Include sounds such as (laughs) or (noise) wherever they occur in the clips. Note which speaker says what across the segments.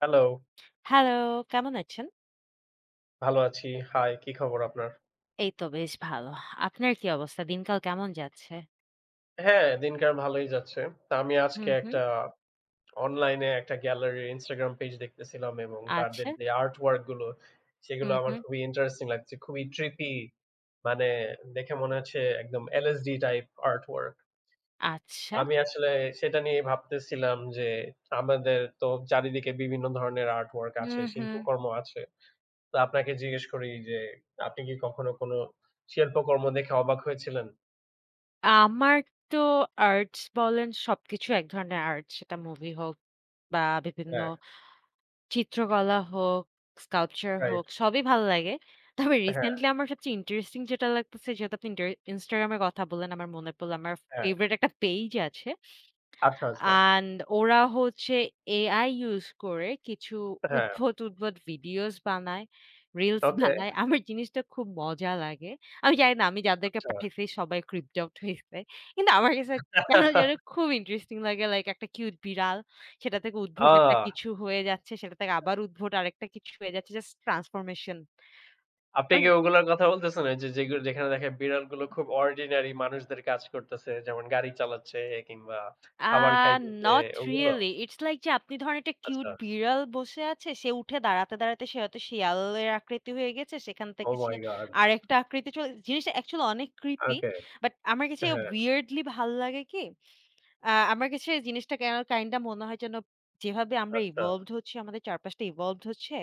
Speaker 1: Hello,
Speaker 2: hello, কেমন আছেন?
Speaker 1: ভালো আছি। হাই, কি খবর আপনার?
Speaker 2: এই তো বেশ ভালো। আপনার কি অবস্থা? দিনকাল কেমন যাচ্ছে?
Speaker 1: হ্যাঁ, দিনকাল ভালোই যাচ্ছে। তা আমি আজকে
Speaker 2: হুম, হুম।
Speaker 1: একটা অনলাইনে একটা গ্যালারির Instagram পেজ দেখতেছিলাম এবং তাদের
Speaker 2: আচ্ছা।
Speaker 1: যে আর্ট ওয়ার্ক গুলো, সেগুলো
Speaker 2: হুম,
Speaker 1: আমার
Speaker 2: হুম।
Speaker 1: খুবই ইন্টারেস্টিং লাগছে। খুবই ট্রিপি মানে দেখে মনে হচ্ছে একদম LSD টাইপ আর্ট ওয়ার্ক।
Speaker 2: আচ্ছা।
Speaker 1: আমি আসলে সেটা নিয়ে ভাবতেছিলাম যে আমাদের তো চারিদিকে বিভিন্ন ধরনের আর্ট ওয়ার্ক আছে,
Speaker 2: হুম, হুম।
Speaker 1: শিল্পকর্ম আছে। তো আপনাকে জিজ্ঞেস করি যে আপনি কি কখনো কোনো শিল্পকর্ম দেখে অবাক হয়েছিলেন?
Speaker 2: আমার তো আর্টস বলেন সবকিছু এক ধরনের আর্ট। সেটা মুভি হোক বা বিভিন্ন
Speaker 1: হ্যাঁ।
Speaker 2: চিত্রকলা হোক, স্কাল্পচার
Speaker 1: রাইট।
Speaker 2: হোক সবই ভালো লাগে। তবে
Speaker 1: হ্যাঁ,
Speaker 2: রিসেন্টলি আমার সবচেয়ে ইন্টারেস্টিং যেটা লাগতেছে যেহেতু আপনি Instagram এর কথা বললেন আমার মনে পড়ল আমার
Speaker 1: হ্যাঁ।
Speaker 2: ফেভারাইট একটা পেইজ আছে।
Speaker 1: আচ্ছা, আচ্ছা।
Speaker 2: অ্যান্ড ওরা হচ্ছে AI ইউস করে কিছু
Speaker 1: হ্যাঁ,
Speaker 2: উদ্ভট, উদ্ভট ভিডিওস বানায়, রিলস (laughs)
Speaker 1: ওকে।
Speaker 2: বানায়। আমার জিনিসটা খুব মজা লাগে। আমি জানি না আমি যাদেরকে
Speaker 1: আচ্ছা।
Speaker 2: পাঠাইছি সবাই creeped out হইছে। কিন্তু আমার কাছে কেন জানি
Speaker 1: (laughs)
Speaker 2: খুব ইন্টারেস্টিং লাগে। লাইক একটা কিউট বিড়াল, সেটা থেকে উদ্ভট একটা
Speaker 1: ও!
Speaker 2: কিছু হয়ে যাচ্ছে, সেটা থেকে আবার উদ্ভট আরেকটা কিছু হয়ে যাচ্ছে। Just transformation.
Speaker 1: আপনি কি ওগুলোর কথা বলতেছেন? ওই যে যেগুলো যেখানে দেখেন বিড়ালগুলো খুব অর্ডিনারি মানুষদের কাজ করতেছে। যেমন গাড়ি চালাচ্ছে কিংবা
Speaker 2: আ
Speaker 1: খাবার খাইতেছে
Speaker 2: Not
Speaker 1: ওগুলো?
Speaker 2: really. It's like যে আপনি ধরেন একটা
Speaker 1: আচ্ছা।
Speaker 2: কিউট বিড়াল বসে আছে। সে উঠে দাঁড়াতে, দাঁড়াতে সে হয়তো শিয়ালের আকৃতি হয়ে গেছে। সেখান
Speaker 1: ওহ
Speaker 2: থেকে সে
Speaker 1: মাই গড!
Speaker 2: আরেকটা আকৃতি চলে জিনিসটা অ্যাকচুয়ালি অনেক ক্রিপি।
Speaker 1: ওকে।
Speaker 2: বাট আমার কাছে
Speaker 1: হ্যাঁ,
Speaker 2: weirdly ভাল লাগে কি? আমার কাছে জিনিসটা কেন কাইন্ড অফ মনে হয় যেন যেভাবে আমরা
Speaker 1: আচ্ছা।
Speaker 2: evolved হচ্ছি, আমাদের চারপাশটা evolved হচ্ছে,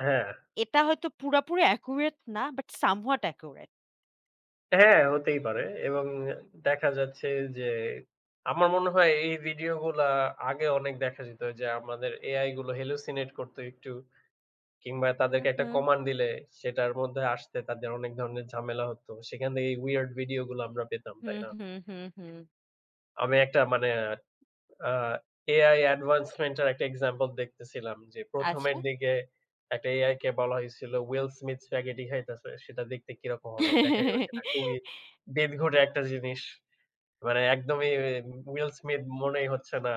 Speaker 1: হ্যাঁ,
Speaker 2: এটা হয়তো পুরাপুরি accurate না বাট somewhat accurate.
Speaker 1: হ্যাঁ হতেই পারে এবং দেখা যাচ্ছে যে আমার মনে হয় এই ভিডিওগুলা আগে অনেক দেখা যেত যে আমাদের এআই গুলো hallucinate করতো একটু। কিংবা
Speaker 2: হুম,
Speaker 1: তাদেরকে একটা
Speaker 2: হুম,
Speaker 1: কমান্ড দিলে সেটার মধ্যে আসতে তাদের অনেক ধরনের ঝামেলা হতো। সেখান থেকে এই উইয়ার্ড ভিডিও গুলো আমরা পেতাম, তাই
Speaker 2: হুম,
Speaker 1: না?
Speaker 2: হুম, হুম, হুম।
Speaker 1: আমি একটা মানে আ AI অ্যাডভান্সমেন্ট এর একটা এক্সাম্পল দেখতেছিলাম যে ১ম
Speaker 2: আচ্ছা।
Speaker 1: এর দিকে একটা AI কে বলা হয়েছিল "Will Smith স্প্যাগেটি খাইতেছে, সেটা দেখতে কিরকম হবে?" দেখা গেল সেটা খুবই
Speaker 2: (laughs)
Speaker 1: বেদঘটে একটা জিনিস। মানে একদমই উইল স্মিথ মনেই হচ্ছে না।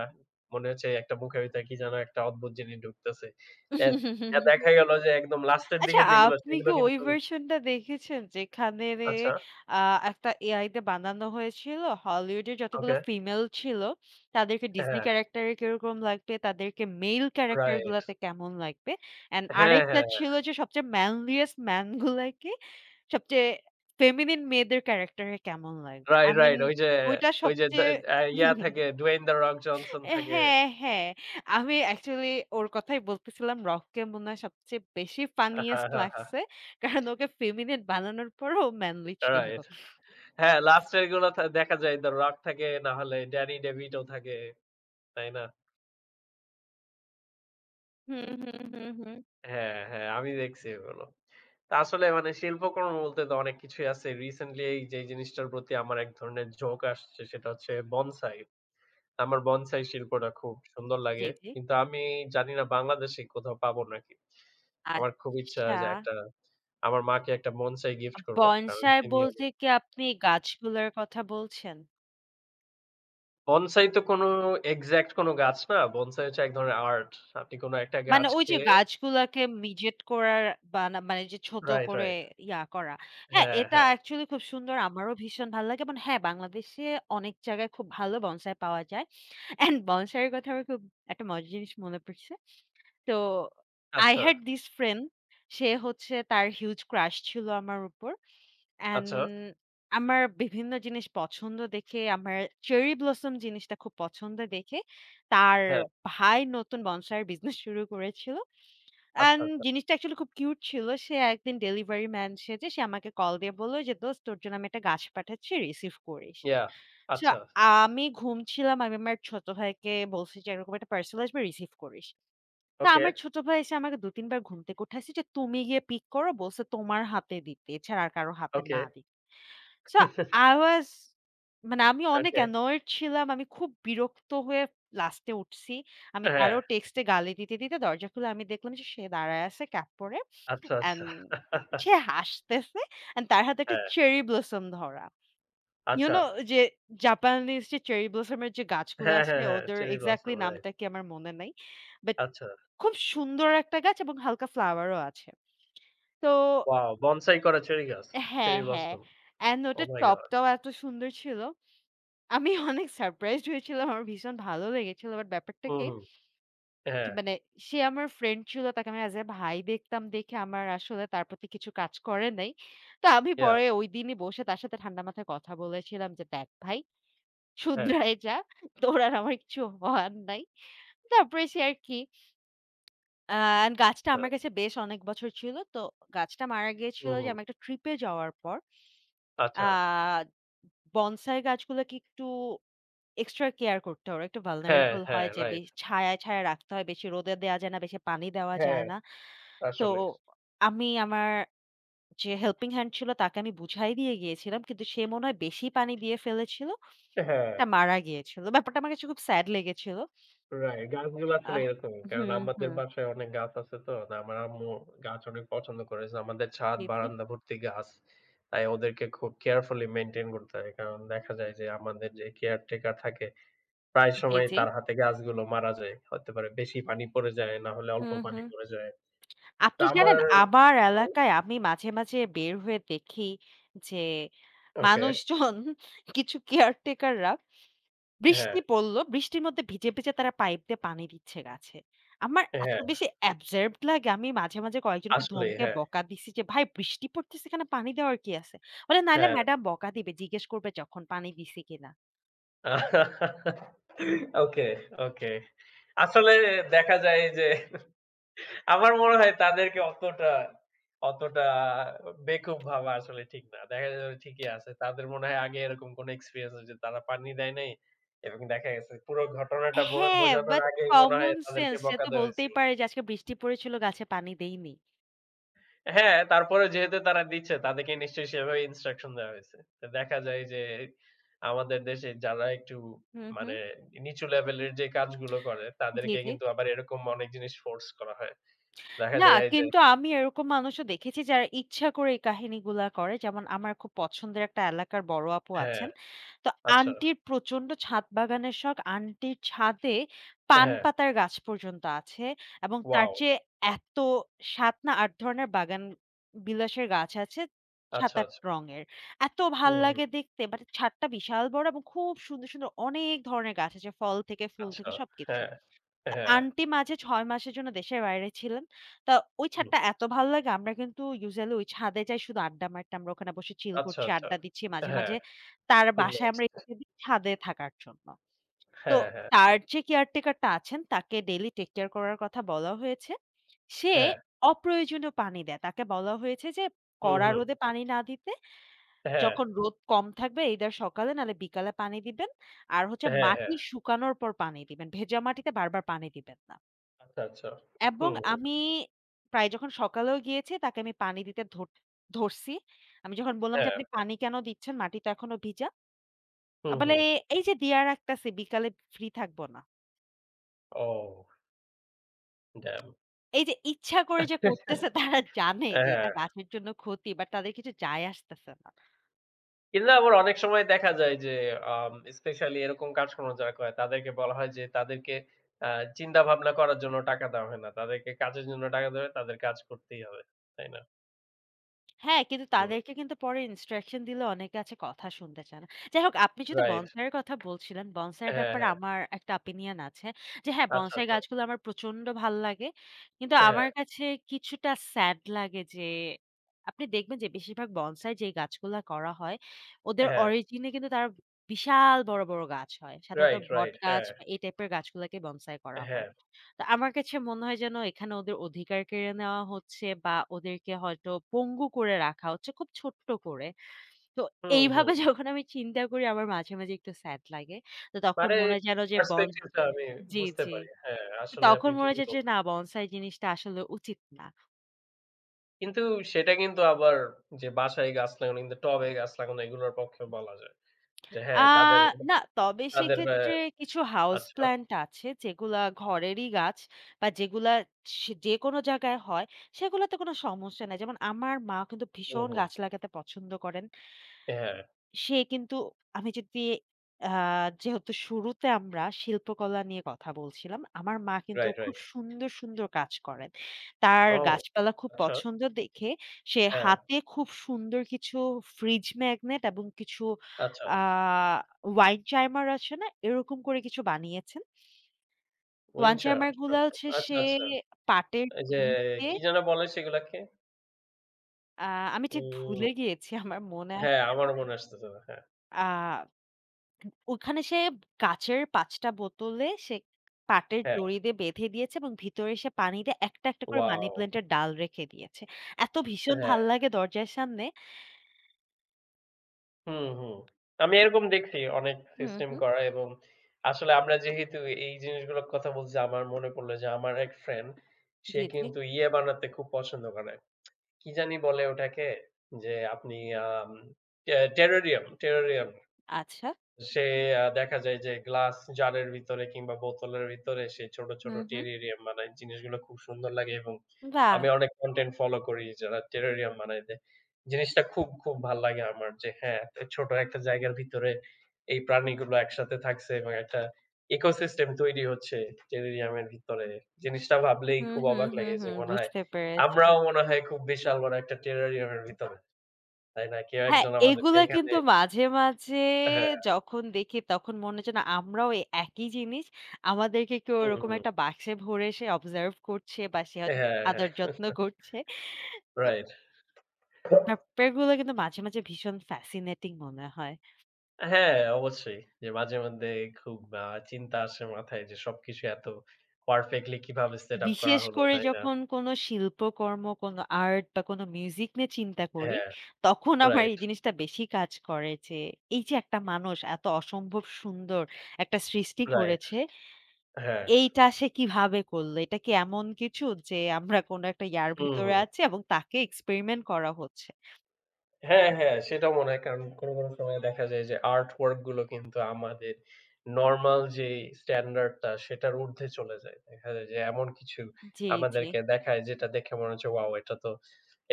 Speaker 1: মনে হচ্ছে একটা মুখের ভিতরে কি যেন একটা অদ্ভুত জিনিস ঢুকতেছে। এ এ দেখা গেল যে একদম লাস্টের
Speaker 2: আচ্ছা,
Speaker 1: দিকে যেগুলো
Speaker 2: আপনি
Speaker 1: সেগুলো
Speaker 2: কি ওই
Speaker 1: কিন্তু
Speaker 2: ভার্শনটা দেখেছেন যেখানে
Speaker 1: আচ্ছা,
Speaker 2: আ একটা এআই তে বানানো হয়েছিল? হলিউডের যতগুলো
Speaker 1: ওকে।
Speaker 2: ফিমেল ছিল, তাদেরকে ডিজনি
Speaker 1: হ্যাঁ,
Speaker 2: ক্যারাক্টারে কিরকম লাগবে, তাদেরকে মেইল ক্যারাক্টার
Speaker 1: রাইট।
Speaker 2: গুলাতে কেমন লাগবে? অ্যান্ড
Speaker 1: হ্যাঁ,
Speaker 2: আরেকটা
Speaker 1: হ্যাঁ।
Speaker 2: ছিল যে সবচেয়ে ম্যানলিয়েস্ট ম্যান গুলাকে সবচেয়ে ফেমিনিন মেয়েদের ক্যারাক্টারে কেমন লাগবে? I
Speaker 1: right,
Speaker 2: mean
Speaker 1: right. ওই যে
Speaker 2: ওইটা
Speaker 1: ওই যে দা
Speaker 2: সবচেয়ে
Speaker 1: আ ইয়া
Speaker 2: (laughs)
Speaker 1: থাকে ডুয়েইন দ্য রক জনসন থাকে।
Speaker 2: হ্যাঁ, হ্যাঁ। আমি অ্যাকচুয়ালি ওর কথাই বলতেছিলাম। রককে মনে হয় সবচেয়ে বেশি
Speaker 1: হ্যাঁ,
Speaker 2: ফানিয়েস্ট
Speaker 1: হ্যাঁ, হ্যাঁ।
Speaker 2: লাগছে। কারণ ওকে ফেমিনিন বানানোর পরও ও ম্যানলি ছিল।
Speaker 1: রাইট। হ্যাঁ, লাস্টের গুলো দেখা যায় দ্য রক থাকে না হলে ড্যানি ডেভিটো থাকে। তাই না?
Speaker 2: হুম, হুম, হুম, হুম।
Speaker 1: হ্যাঁ, হ্যাঁ। আমি দেখছি ওগুলো। তা আসলে মানে শিল্পকর্ম বলতে তো অনেক কিছুই আছে। রিসেন্টলি এই যে জিনিসটার প্রতি আমার এক ধরনের ঝোঁক আসছে সেটা হচ্ছে বনসাই। আমার বনসাই শিল্পটা খুব সুন্দর
Speaker 2: জি,
Speaker 1: লাগে।
Speaker 2: জি।
Speaker 1: কিন্তু আমি জানি না বাংলাদেশে কোথাও পাবো নাকি। আমার খুব ইচ্ছা
Speaker 2: আচ্ছা।
Speaker 1: যে একটা আমার মাকে একটা বনসাই গিফট করব। কারণ
Speaker 2: বনসাই
Speaker 1: তিনি
Speaker 2: বলতে
Speaker 1: অনেক
Speaker 2: কি আপনি গাছগুলার কথা বলছেন?
Speaker 1: বনসাই তো কোনো এক্সাক্ট কোনো গাছ না। বনসাই হচ্ছে এক ধরনের আর্ট। আপনি কোনো একটা
Speaker 2: মানে ওই
Speaker 1: গাছকে
Speaker 2: যে গাছগুলাকে মিজেট করার মানে যে ছোট
Speaker 1: রাইট,
Speaker 2: করে
Speaker 1: রাইট।
Speaker 2: ইয়া করা। হ্যাঁ,
Speaker 1: হ্যাঁ,
Speaker 2: এটা
Speaker 1: হ্যাঁ।
Speaker 2: অ্যাকচুয়ালি খুব সুন্দর। আমারও ভীষণ ভাল লাগে। মানে হ্যাঁ, বাংলাদেশে অনেক জায়গায় খুব ভালো বনসাই পাওয়া যায়। অ্যান্ড বনসাই এর কথা আমার খুব একটা মজার জিনিস মনে পড়ছে। তো I
Speaker 1: আচ্ছা,
Speaker 2: had this friend সে হচ্ছে তার হিউজ ক্রাশ ছিল আমার উপর। অ্যান্ড
Speaker 1: আচ্ছা।
Speaker 2: আমার বিভিন্ন জিনিস পছন্দ দেখে আমার চেরি ব্লসম জিনিসটা খুব পছন্দ দেখে তার
Speaker 1: হ্যাঁ,
Speaker 2: ভাই নতুন বনসাই এর বিজনেস শুরু করেছিল।
Speaker 1: আচ্ছা,
Speaker 2: অ্যান্ড
Speaker 1: আচ্ছা।
Speaker 2: জিনিসটা অ্যাকচুয়ালি খুব কিউট ছিল। সে একদিন ডেলিভারি ম্যান সেজে সে আমাকে কল দিয়ে বলল যে, "দোস্ত তোর জন্য আমি একটা গাছ পাঠাচ্ছি রিসিভ করিস।"
Speaker 1: ইয়াহ!
Speaker 2: সো
Speaker 1: আচ্ছা।
Speaker 2: আমি ঘুমছিলাম। আমি আমার ছোট ভাইকে বলছি যে, "এরকম একটা পার্সেল আসবে রিসিভ করিস।" তো
Speaker 1: ওকে,
Speaker 2: আমার ছোট ভাই এসে আমাকে ২-৩ বার ঘুম থেকে উঠাইছে যে, "তুমি গিয়ে পিক করো।" বলছে, "তোমার হাতে দিতে। এছাড়া আর কারো হাতে
Speaker 1: ওকে,
Speaker 2: না দিতে।" So, I was মানে আমি অনেক
Speaker 1: ওকে।
Speaker 2: annoyed ছিলাম। আমি খুব বিরক্ত হয়ে লাস্টে উঠছি। আমি
Speaker 1: হ্যাঁ।
Speaker 2: তারও টেক্সটে গালি দিতে, দিতে দরজা খুলে আমি দেখলাম যে সে দাঁড়ায় আছে ক্যাপ পরে।
Speaker 1: আচ্ছা, আচ্ছা।
Speaker 2: অ্যান্ড সে হাসতেছে অ্যান্ড তার হাতে একটা
Speaker 1: হ্যাঁ,
Speaker 2: চেরি ব্লসম ধরা। ইউ
Speaker 1: আচ্ছা।
Speaker 2: নো যে জাপানিজ যে চেরি ব্লসম এর যে গাছগুলো
Speaker 1: হ্যাঁ,
Speaker 2: আছে
Speaker 1: হ্যাঁ, হ্যাঁ।
Speaker 2: ওদের
Speaker 1: চেরি
Speaker 2: এক্সাক্টলি
Speaker 1: ব্লসম রাইট।
Speaker 2: নামটা কি আমার মনে নাই। বাট
Speaker 1: আচ্ছা।
Speaker 2: খুব সুন্দর একটা গাছ এবং হালকা ফ্লাওয়ারও আছে। তো
Speaker 1: ওয়াও! বনসাই করা চেরি গাছ।
Speaker 2: হ্যাঁ,
Speaker 1: চেরি
Speaker 2: হ্যাঁ।
Speaker 1: ব্লসম।
Speaker 2: অ্যান্ড
Speaker 1: ওহ
Speaker 2: ওটার
Speaker 1: মাই গড!
Speaker 2: টপটাও এত সুন্দর ছিল। আমি অনেক সারপ্রাইজড হয়েছিলাম। আমার ভীষণ ভালো লেগেছিল। বাট ব্যাপারটা
Speaker 1: হুম,
Speaker 2: কি
Speaker 1: হুম।
Speaker 2: যে
Speaker 1: হ্যাঁ,
Speaker 2: মানে সে আমার ফ্রেন্ড ছিল। তাকে আমি অ্যাজ এ ভাই দেখতাম দেখে আমার আসলে তার প্রতি কিছু কাজ করে নাই। তো আমি
Speaker 1: ইয়া,
Speaker 2: পরে ঐদিনই বসে তার সাথে ঠান্ডা মাথায় কথা বলেছিলাম যে, "দেখ ভাই
Speaker 1: হ্যাঁ।
Speaker 2: শুধরায় যা। তোর আর আমার কিছু হওয়ার নাই।" তারপরে সে আর কি অ্যান্ড গাছটা
Speaker 1: তো
Speaker 2: আমার কাছে বেশ অনেক বছর ছিল। তো গাছটা মারা গিয়েছিল
Speaker 1: হুম,
Speaker 2: যে
Speaker 1: হুম।
Speaker 2: আমি একটা ট্রিপে যাওয়ার পর। আ
Speaker 1: আচ্ছা।
Speaker 2: বনসাই গাছগুলোকে একটু এক্সট্রা কেয়ার করতে হবে। একটু
Speaker 1: হ্যাঁ,
Speaker 2: vulnerable
Speaker 1: হ্যাঁ,
Speaker 2: হয় যে
Speaker 1: রাইট।
Speaker 2: বেশ ছায়ায়, ছায়ায় রাখতে হয়। বেশি রোদে দেয়া যায় না, বেশি পানি দেওয়া
Speaker 1: হ্যাঁ,
Speaker 2: যায় না। তো
Speaker 1: আসলে।
Speaker 2: আমি আমার যে হেল্পিং হ্যান্ড ছিল তাকে আমি বুঝাই দিয়ে গিয়েছিলাম। কিন্তু সে মনে হয় বেশি পানি দিয়ে ফেলেছিল।
Speaker 1: হ্যাঁ,
Speaker 2: এটা মারা গিয়েছিল। ব্যাপারটা আমার কাছে খুব স্যাড লেগেছিল।
Speaker 1: রাইট। গাছগুলো আসলে
Speaker 2: আহ
Speaker 1: এরকমই। কারণ
Speaker 2: হুম,
Speaker 1: আমাদের
Speaker 2: হুম।
Speaker 1: বাসায় অনেক গাছ আছে তো। তো আমার আম্মু গাছ অনেক পছন্দ করে। সো আমাদের ছাদ,
Speaker 2: জি, জি।
Speaker 1: বারান্দা ভর্তি গাছ। তাই ওদেরকে খুব কেয়ারফুলি মেইনটেইন করতে হয়। কারণ দেখা যায় যে আমাদের যে কেয়ারটেকার থাকে প্রায়
Speaker 2: জি,
Speaker 1: সময়
Speaker 2: জি।
Speaker 1: তার হাতে গাছগুলো মারা যায়। হতে পারে বেশি পানি পড়ে যায়, না হলে অল্প
Speaker 2: হুম,
Speaker 1: পানি
Speaker 2: হুম।
Speaker 1: পড়ে যায়। তো
Speaker 2: আপনি
Speaker 1: আমার
Speaker 2: জানেন আমার
Speaker 1: হুম,
Speaker 2: এলাকায় আমি মাঝে, মাঝে বের হয়ে দেখি যে
Speaker 1: ওকে।
Speaker 2: মানুষজন কিছু কেয়ারটেকাররা
Speaker 1: হ্যাঁ,
Speaker 2: বৃষ্টি পড়ল। বৃষ্টির মধ্যে ভিজে, ভিজে তারা পাইপ দিয়ে পানি দিচ্ছে গাছে। আমার এত
Speaker 1: হ্যাঁ,
Speaker 2: বেশি অ্যাবসার্ড লাগে আমি মাঝে, মাঝে কয়েকজনকে
Speaker 1: আসলেই
Speaker 2: ধমকে
Speaker 1: হ্যাঁ,
Speaker 2: বকা দিছি যে, "ভাই বৃষ্টি পড়তেছে এখানে পানি দেওয়ার কি আছে?" বলে, "নাইলে
Speaker 1: হ্যাঁ।
Speaker 2: ম্যাডাম বকা দিবে। জিজ্ঞেস করবে যখন পানি দিছি কিনা।"
Speaker 1: (laughs) ওকে, ওকে। আসলে দেখা যায় যে আমার মনে হয় তাদেরকে অতটা বেকুব ভাবা আসলে ঠিক না। দেখা যাবে ঠিকই আছে। তাদের মনে হয় আগে এরকম কোনো এক্সপেরিয়েন্স হয়েছে তারা পানি দেয় নাই এবং দেখা গেছে পুরো ঘটনাটা
Speaker 2: হ্যাঁ,
Speaker 1: বোঝানোর
Speaker 2: বাট
Speaker 1: আগেই মনে হয়
Speaker 2: কমন
Speaker 1: তাদেরকে
Speaker 2: সেন্স সে
Speaker 1: বকা
Speaker 2: তো
Speaker 1: দেওয়া
Speaker 2: বলতেই
Speaker 1: হয়েছিল।
Speaker 2: পারে যে, "আজকে বৃষ্টি পড়েছিল গাছে পানি দেইনি।"
Speaker 1: হ্যাঁ, তারপরেও যেহেতু তারা দিচ্ছে তাদেরকে নিশ্চয়ই সেভাবে ইনস্ট্রাকশন দেওয়া হয়েছে। তো দেখা যায় যে আমাদের দেশে যারা একটু
Speaker 2: হুম, হুম।
Speaker 1: মানে নিচু লেভেলের যে কাজগুলো করে
Speaker 2: জি,
Speaker 1: তাদেরকে
Speaker 2: জি।
Speaker 1: কিন্তু আবার এরকম অনেক জিনিস ফোর্স করা হয়। দেখা
Speaker 2: না,
Speaker 1: যায় এই যে
Speaker 2: কিন্তু আমি এরকম মানুষও দেখেছি যারা ইচ্ছা করে এই কাহিনীগুলা করে। যেমন আমার খুব পছন্দের একটা এলাকার বড় আপু
Speaker 1: হ্যাঁ,
Speaker 2: আছেন। তো
Speaker 1: আচ্ছা,
Speaker 2: আন্টির প্রচন্ড ছাদ বাগানের শখ। আন্টির ছাদে পান
Speaker 1: হ্যাঁ,
Speaker 2: পাতার গাছ পর্যন্ত আছে এবং তার
Speaker 1: ওয়াও!
Speaker 2: চেয়ে এত ৭ না ৮ ধরনের বাগান বিলাসের গাছ আছে
Speaker 1: আচ্ছা,
Speaker 2: ৭-৮
Speaker 1: আচ্ছা।
Speaker 2: রঙের। এত ভাল
Speaker 1: হুম, হুম,
Speaker 2: লাগে দেখতে। বাট ছাদটা বিশাল বড় এবং খুব সুন্দর, সুন্দর অনেক ধরনের গাছ আছে। ফল থেকে, ফুল
Speaker 1: আচ্ছা,
Speaker 2: থেকে সবকিছু।
Speaker 1: হ্যাঁ, হ্যাঁ,
Speaker 2: আন্টি মাঝে ৬ মাসের জন্য দেশের বাইরে ছিলেন। তা ওই
Speaker 1: হুম,
Speaker 2: ছাদটা এত ভালো লাগে আমরা কিন্তু ইউজুয়ালি ওই ছাদে যাই শুধু আড্ডা মারতে। আমরা ওখানে বসে চিল
Speaker 1: আচ্ছা,
Speaker 2: করছি,
Speaker 1: আচ্ছা।
Speaker 2: আড্ডা দিচ্ছি। মাঝে,
Speaker 1: হ্যাঁ,
Speaker 2: মাঝে তার
Speaker 1: খুব
Speaker 2: বাসায়
Speaker 1: নাইস।
Speaker 2: আমরা এসে দিই ছাদে থাকার জন্য। তো
Speaker 1: হ্যাঁ, হ্যাঁ,
Speaker 2: তার যে কেয়ারটেকার টা আছেন তাকে ডেইলি টেক কেয়ার করার কথা বলা হয়েছে। সে
Speaker 1: হ্যাঁ,
Speaker 2: অপ্রয়োজনীয় পানি দেয়। তাকে বলা হয়েছে যে
Speaker 1: হুম,
Speaker 2: কড়া
Speaker 1: হুম,
Speaker 2: রোদে পানি না দিতে।
Speaker 1: হ্যাঁ,
Speaker 2: যখন রোদ কম থাকবে either সকালে নাহলে বিকালে পানি দিবেন। আর হচ্ছে
Speaker 1: হ্যাঁ, হ্যাঁ,
Speaker 2: মাটি শুকানোর পর পানি দিবেন। ভেজা মাটিতে বারবার পানি দিবেন না।
Speaker 1: আচ্ছা, আচ্ছা।
Speaker 2: এবং
Speaker 1: হুম, হুম,
Speaker 2: আমি প্রায় যখন সকালেও গিয়েছি তাকে আমি পানি দিতে ধরছি। আমি যখন বললাম যে,
Speaker 1: হ্যাঁ,
Speaker 2: "আপনি পানি কেন দিচ্ছেন? মাটি তো এখনো ভিজা।"
Speaker 1: হুম,
Speaker 2: বলে,
Speaker 1: হুম।
Speaker 2: "এই যে দিয়া রাখতাছি বিকালে ফ্রি থাকবো না।"
Speaker 1: Oh damn!
Speaker 2: এই যে ইচ্ছা করে যে করতেছে তারা জানে যে
Speaker 1: হ্যাঁ,
Speaker 2: এটা গাছের জন্য ক্ষতি বাট তাদের কিছু যায় আসতেছে না।
Speaker 1: কিন্তু আবার অনেক সময় দেখা যায় যে আম স্পেশালি এরকম কাজকর্ম যারা করে তাদেরকে বলা হয় যে তাদেরকে আ চিন্তা ভাবনা করার জন্য টাকা দেওয়া হয় না। তাদেরকে কাজের জন্য টাকা দেওয়া হয়, তাদের কাজ করতেই হবে। তাই না?
Speaker 2: হ্যাঁ, কিন্তু
Speaker 1: হুম।
Speaker 2: তাদেরকে কিন্তু পরে ইনস্ট্রাকশন দিলে অনেকে আছে কথা শুনতে চায় না। যাই হোক আপনি যেহেতু
Speaker 1: রাইট।
Speaker 2: বনসাই এর কথা বলছিলেন, বনসাই এর
Speaker 1: হ্যাঁ,
Speaker 2: ব্যাপারে
Speaker 1: হ্যাঁ।
Speaker 2: আমার একটা অপিনিয়ন আছে। যে হ্যাঁ,
Speaker 1: আচ্ছা,
Speaker 2: বনসাই
Speaker 1: আচ্ছা।
Speaker 2: গাছগুলো আমার প্রচন্ড ভাল লাগে। কিন্তু
Speaker 1: হ্যাঁ,
Speaker 2: আমার কাছে কিছুটা স্যাড লাগে যে আপনি দেখবেন যে বেশিরভাগ বনসাই যে গাছগুলা করা হয়, ওদের
Speaker 1: হ্যাঁ।
Speaker 2: অরিজিন এ কিন্তু তারা বিশাল বড়, বড় গাছ হয়। সাধারণত
Speaker 1: রাইট, রাইট।
Speaker 2: বটগাছ
Speaker 1: হ্যাঁ,
Speaker 2: বা এই টাইপের গাছগুলাকে বনসাই করা হয়।
Speaker 1: হ্যাঁ।
Speaker 2: তো আমার কাছে মনে হয় যেন এখানে ওদের অধিকার কেড়ে নেওয়া হচ্ছে বা ওদেরকে হয়তো পঙ্গু করে রাখা হচ্ছে খুব ছোট্ট করে। তো
Speaker 1: হুম, হুম।
Speaker 2: এইভাবে (laughs) যখন আমি চিন্তা করি আমার মাঝে, মাঝে একটু স্যাড লাগে। তো তখন
Speaker 1: মানে
Speaker 2: মনে হয় যেন যে
Speaker 1: পার্সপেক্টিভ টা আমি
Speaker 2: জি,
Speaker 1: বুঝতে
Speaker 2: জি।
Speaker 1: পারি। হ্যাঁ,
Speaker 2: তো
Speaker 1: আসলে
Speaker 2: তখন
Speaker 1: আপনি
Speaker 2: মনে
Speaker 1: ঠিকই
Speaker 2: হচ্ছে যে না
Speaker 1: বলতেছেন।
Speaker 2: বনসাই জিনিসটা আসলে উচিত না।
Speaker 1: কিন্তু সেটা কিন্তু আবার যে বাসায় গাছ লাগানো কিন্তু টবে গাছ লাগানো এগুলোর পক্ষে বলা যায়। যে
Speaker 2: আ
Speaker 1: হ্যাঁ, তাদের
Speaker 2: না তবে
Speaker 1: তাদের অ্যা
Speaker 2: সেক্ষেত্রে কিছু হাউস
Speaker 1: আচ্ছা।
Speaker 2: প্ল্যান্ট আছে যেগুলা ঘরেরই গাছ বা যেগুলা সে যেকোনো জায়গায় হয় সেগুলাতে কোনো সমস্যা নাই। যেমন আমার মা কিন্তু
Speaker 1: হুম,
Speaker 2: ভীষণ
Speaker 1: হুম।
Speaker 2: গাছ লাগাতে পছন্দ করেন।
Speaker 1: হ্যাঁ,
Speaker 2: সে কিন্তু আমি যদি আ যেহেতু শুরুতে আমরা শিল্পকলা নিয়ে কথা বলছিলাম, আমার মা কিন্তু
Speaker 1: রাইট,
Speaker 2: খুব
Speaker 1: রাইট।
Speaker 2: সুন্দর, সুন্দর কাজ করেন। তার
Speaker 1: ও!
Speaker 2: গাছপালা খুব
Speaker 1: আচ্ছা,
Speaker 2: পছন্দ দেখে সে
Speaker 1: হ্যাঁ,
Speaker 2: হাতে খুব সুন্দর কিছু ফ্রিজ ম্যাগনেট এবং কিছু
Speaker 1: আচ্ছা।
Speaker 2: আ ওয়াইন চাইমার আছে না? এরকম করে কিছু বানিয়েছেন। ওয়াইন
Speaker 1: উইন্ডসার
Speaker 2: চাইমার গুলা
Speaker 1: সরকার।
Speaker 2: হচ্ছে
Speaker 1: আচ্ছা,
Speaker 2: সে
Speaker 1: আচ্ছা।
Speaker 2: পাটের
Speaker 1: এই যে
Speaker 2: দড়িতে
Speaker 1: কি যেন বলে সেগুলাকে?
Speaker 2: আ আমি ঠিক
Speaker 1: উম
Speaker 2: ভুলে গিয়েছি আমার মনে
Speaker 1: হ্যাঁ,
Speaker 2: আসছে না।
Speaker 1: আমারও মনে আসতেছে না। হ্যাঁ,
Speaker 2: আ ওখানে সে কাঁচের ৫ টা বোতলে সে পাটের
Speaker 1: হ্যাঁ।
Speaker 2: দড়ি দিয়ে বেঁধে দিয়েছে এবং ভিতরে সে পানি দিয়ে একটা, একটা করে মানি
Speaker 1: ওয়াও!
Speaker 2: প্ল্যান্টের ডাল রেখে দিয়েছে। এত ভীষণ
Speaker 1: হ্যাঁ,
Speaker 2: ভাল লাগে দরজার সামনে
Speaker 1: হুম, হুম। আমি এরকম দেখছি অনেক
Speaker 2: হুম,
Speaker 1: সিস্টেম
Speaker 2: হুম।
Speaker 1: করা এবং আসলে আমরা যেহেতু এই জিনিসগুলোর কথা বলছি, আমার মনে পড়ল যে আমার এক ফ্রেন্ড সে
Speaker 2: জি, জি।
Speaker 1: কিন্তু ইয়ে বানাতে খুব পছন্দ করে। কি জানি বলে ওটাকে? যে আপনি আম টে টেরারিয়াম।
Speaker 2: আচ্ছা।
Speaker 1: সে দেখা যায় যে গ্লাস জারের ভিতরে কিংবা বোতলের ভিতরে সে ছোট, ছোট
Speaker 2: হুম, হুম।
Speaker 1: টেরারিয়াম বানায়। জিনিসগুলো খুব সুন্দর লাগে এবং
Speaker 2: বাহ!
Speaker 1: আমি অনেক কনটেন্ট ফলো করি যারা টেরারিয়াম বানায় দেয়। জিনিসটা খুব, খুব ভাল লাগে আমার যে হ্যাঁ, এ ছোট একটা জায়গার ভিতরে এই প্রাণীগুলো একসাথে থাকছে এবং একটা ইকোসিস্টেম তৈরি হচ্ছে টেরারিয়াম এর ভিতরে। জিনিসটা ভাবলেই
Speaker 2: হুম,
Speaker 1: খুব
Speaker 2: হুম,
Speaker 1: অবাক
Speaker 2: হুম,
Speaker 1: লাগে যে
Speaker 2: হুম।
Speaker 1: মনে হয়
Speaker 2: বুঝতে পেরেছি।
Speaker 1: আমরাও মনে হয় খুব বিশাল বড় একটা টেরারিয়াম এর ভিতরে। তাই না? কেউ
Speaker 2: হ্যাঁ,
Speaker 1: একজন আমাদেরকে
Speaker 2: এগুলা
Speaker 1: এখানে
Speaker 2: কিন্তু মাঝে, মাঝে
Speaker 1: হ্যাঁ,
Speaker 2: যখন দেখি তখন মনে হচ্ছে না আমরাও এই একই জিনিস। আমাদেরকে কেউ
Speaker 1: হুম,
Speaker 2: ওরকম
Speaker 1: হুম।
Speaker 2: একটা বাক্সে ভরে সে অবজার্ভ করছে বা সে হয়তো
Speaker 1: হ্যাঁ,
Speaker 2: আদর যত্ন
Speaker 1: হ্যাঁ।
Speaker 2: করছে।
Speaker 1: রাইট।
Speaker 2: ব্যাপারগুলো কিন্তু মাঝে, মাঝে ভীষণ ফ্যাসিনেটিং মনে হয়।
Speaker 1: হ্যাঁ, অবশ্যই। যে মাঝেমধ্যে খুব চিন্তা আসে মাথায় যে সবকিছু এত পারফেক্টলি কিভাবে সেট আপ করা
Speaker 2: বিশেষ
Speaker 1: হলো,
Speaker 2: করে
Speaker 1: তাই না?
Speaker 2: যখন কোনো শিল্পকর্ম, কোনো আর্ট বা কোনো মিউজিক নিয়ে চিন্তা করি,
Speaker 1: হ্যাঁ,
Speaker 2: তখন আমার
Speaker 1: রাইট,
Speaker 2: এই জিনিসটা বেশি কাজ করে যে, এই যে একটা মানুষ এত অসম্ভব সুন্দর একটা সৃষ্টি
Speaker 1: রাইট।
Speaker 2: করেছে,
Speaker 1: হ্যাঁ।
Speaker 2: এইটা সে কিভাবে করলো? এটা কি এমন কিছু যে আমরা কোনো একটা ইয়ার
Speaker 1: হুম,
Speaker 2: ভিতরে
Speaker 1: হুম।
Speaker 2: আছি এবং তাকে এক্সপেরিমেন্ট করা হচ্ছে।
Speaker 1: হ্যাঁ, হ্যাঁ, সেটাও মনে হয়। কারণ কোনো, কোনো সময় দেখা যায় যে আর্ট ওয়ার্ক গুলো কিন্তু আমাদের নরমাল যে স্ট্যান্ডার্ড টা সেটার ঊর্ধ্বে চলে যায়। দেখা যায় যে এমন কিছু
Speaker 2: জি, জি।
Speaker 1: আমাদেরকে দেখায় যেটা দেখে মনে হচ্ছে ওয়াও! এটা তো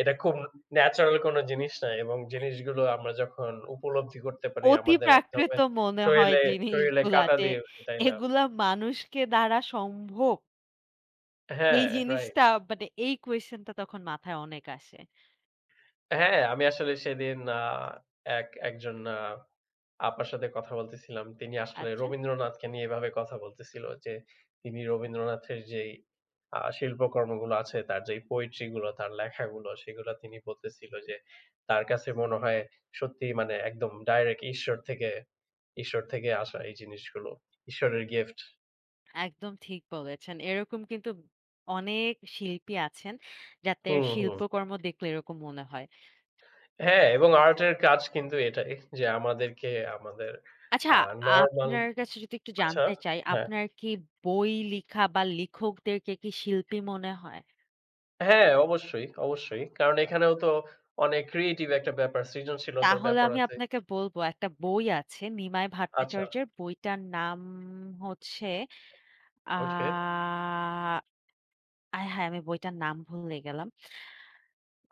Speaker 1: এটা খুব ন্যাচারাল কোনো জিনিস না এবং জিনিসগুলো আমরা যখন উপলব্ধি করতে পারি
Speaker 2: অতি
Speaker 1: আমাদের একদমে
Speaker 2: প্রাকৃত মনে হয়
Speaker 1: শরীলে, শরীলে
Speaker 2: জিনিসগুলা
Speaker 1: কাঁটা
Speaker 2: যে,
Speaker 1: দিয়ে ওঠে, তাই না?
Speaker 2: এগুলা মানুষকে দ্বারা সম্ভব।
Speaker 1: হ্যাঁ,
Speaker 2: এই
Speaker 1: রাইট।
Speaker 2: জিনিসটা মানে এই কোয়েশ্চেন টা তখন মাথায় অনেক আসে।
Speaker 1: হ্যাঁ, আমি আসলে সেদিন একজন আপার সাথে কথা বলতেছিলাম। তিনি আসলে
Speaker 2: আচ্ছা,
Speaker 1: রবীন্দ্রনাথকে নিয়ে এভাবে কথা বলতেছিল যে, তিনি রবীন্দ্রনাথের যেই শিল্পকর্মগুলো আছে, তার যেই পোয়েট্রি গুলো, তার লেখাগুলো, সেগুলো তিনি বলতেছিল যে, তার কাছে মনে হয় সত্যিই মানে একদম ডাইরেক্ট ঈশ্বর থেকে আসা এই জিনিসগুলো। ঈশ্বরের গিফট।
Speaker 2: একদম ঠিক বলেছেন। এরকম কিন্তু অনেক শিল্পী আছেন, যাদের
Speaker 1: হুম, হুম।
Speaker 2: শিল্পকর্ম দেখলে এরকম মনে হয়।
Speaker 1: হ্যাঁ, এবং আর্টের কাজ কিন্তু এটাই যে, আমাদেরকে আমাদের
Speaker 2: আচ্ছা,
Speaker 1: আ নরমাল
Speaker 2: আপনার কাছে যদি একটু
Speaker 1: আচ্ছা।
Speaker 2: জানতে চাই,
Speaker 1: হ্যাঁ।
Speaker 2: আপনার কি বই লিখা বা লিখকদেরকে কি শিল্পী মনে হয়?
Speaker 1: হ্যাঁ, অবশ্যই, অবশ্যই। কারণ এখানেও তো অনেক ক্রিয়েটিভ একটা ব্যাপার, সৃজনশীলতার
Speaker 2: তাহলে
Speaker 1: ব্যাপার
Speaker 2: আমি
Speaker 1: আছে।
Speaker 2: আপনাকে বলবো একটা বই আছে নিমাই
Speaker 1: আচ্ছা,
Speaker 2: ভট্টাচার্যের বইটার নাম হচ্ছে আ
Speaker 1: ওকে।
Speaker 2: আয় হায়! আমি বইটার নাম ভুলে গেলাম।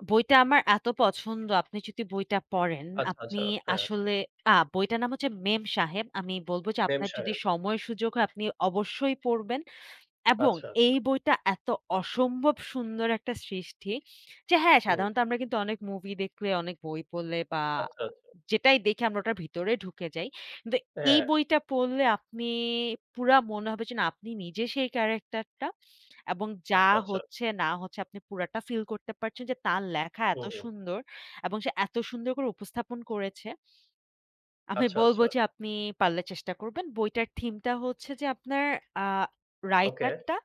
Speaker 2: বইটা আমার এত পছন্দ, আপনি যদি বইটা পড়েন,
Speaker 1: আচ্ছা,
Speaker 2: আপনি
Speaker 1: আচ্ছা। হ্যাঁ,
Speaker 2: আসলে বইটার নাম হচ্ছে 'মেম সাহেব।' আমি বলব যে
Speaker 1: মেম
Speaker 2: আপনার যদি
Speaker 1: সাহেব।
Speaker 2: সময় সুযোগ হয় আপনি অবশ্যই পড়বেন এবং
Speaker 1: আচ্ছা,
Speaker 2: এই
Speaker 1: আচ্ছা।
Speaker 2: বইটা এত অসম্ভব সুন্দর একটা সৃষ্টি যে হ্যাঁ,
Speaker 1: হুম।
Speaker 2: সাধারণত আমরা কিন্তু অনেক মুভি দেখলে, অনেক বই পড়লে বা
Speaker 1: আচ্ছা, আচ্ছা।
Speaker 2: যেটাই দেখে আমরা ওটার ভিতরে ঢুকে যাই। কিন্তু এই
Speaker 1: হ্যাঁ,
Speaker 2: বইটা পড়লে আপনি পুরা মনে হবে যে না আপনি নিজে সেই ক্যারেক্টারটা। এবং যা
Speaker 1: আচ্ছা, আচ্ছা।
Speaker 2: হচ্ছে না হচ্ছে আপনি পুরাটা ফিল করতে পারছেন যে তার লেখা এত
Speaker 1: হুম, হুম।
Speaker 2: সুন্দর এবং সে এত সুন্দর করে উপস্থাপন করেছে। আমি
Speaker 1: আচ্ছা,
Speaker 2: বলব
Speaker 1: আচ্ছা।
Speaker 2: যে আপনি পারলে চেষ্টা করবেন। বইটার থিমটা হচ্ছে যে আপনার আ
Speaker 1: ওকে।
Speaker 2: রাইটারটা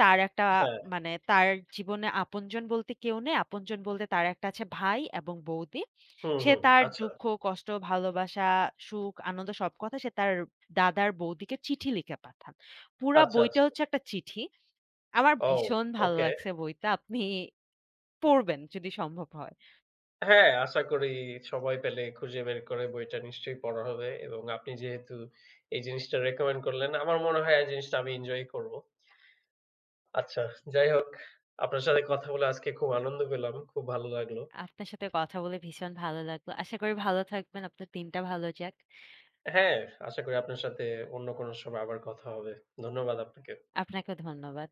Speaker 2: তার একটা
Speaker 1: হ্যাঁ।
Speaker 2: মানে তার জীবনে আপনজন বলতে কেউ নেই। আপনজন বলতে তার একটা আছে ভাই এবং বৌদি।
Speaker 1: হুম,
Speaker 2: সে
Speaker 1: হুম।
Speaker 2: তার
Speaker 1: আচ্ছা।
Speaker 2: দুঃখ, কষ্ট, ভালোবাসা, সুখ, আনন্দ সব কথা সে তার দাদার বৌদিকে চিঠি লিখে পাঠান। পুরা
Speaker 1: আচ্ছা,
Speaker 2: বইটা
Speaker 1: আচ্ছা।
Speaker 2: হচ্ছে একটা চিঠি। আমার
Speaker 1: ও!
Speaker 2: ভীষণ ভালো
Speaker 1: ওকে।
Speaker 2: লাগছে বইটা। আপনি পড়বেন যদি সম্ভব হয়।
Speaker 1: হ্যাঁ, আশা করি সময় পেলে খুঁজে বের করে বইটা নিশ্চয়ই পড়া হবে এবং আপনি যেহেতু এই জিনিসটা রেকমেন্ড করলেন, আমার মনে হয় এই জিনিসটা আমি এনজয় করব। আচ্ছা, যাই হোক আপনার সাথে কথা বলে আজকে খুব আনন্দ পেলাম। খুব ভালো লাগলো।
Speaker 2: আপনার সাথে কথা বলে ভীষণ ভালো লাগলো। আশা করি ভালো থাকবেন। আপনার দিনটা ভালো যাক।
Speaker 1: হ্যাঁ, আশা করি আপনার সাথে অন্য কোনো সময় আবার কথা হবে। ধন্যবাদ আপনাকে।
Speaker 2: আপনাকেও ধন্যবাদ।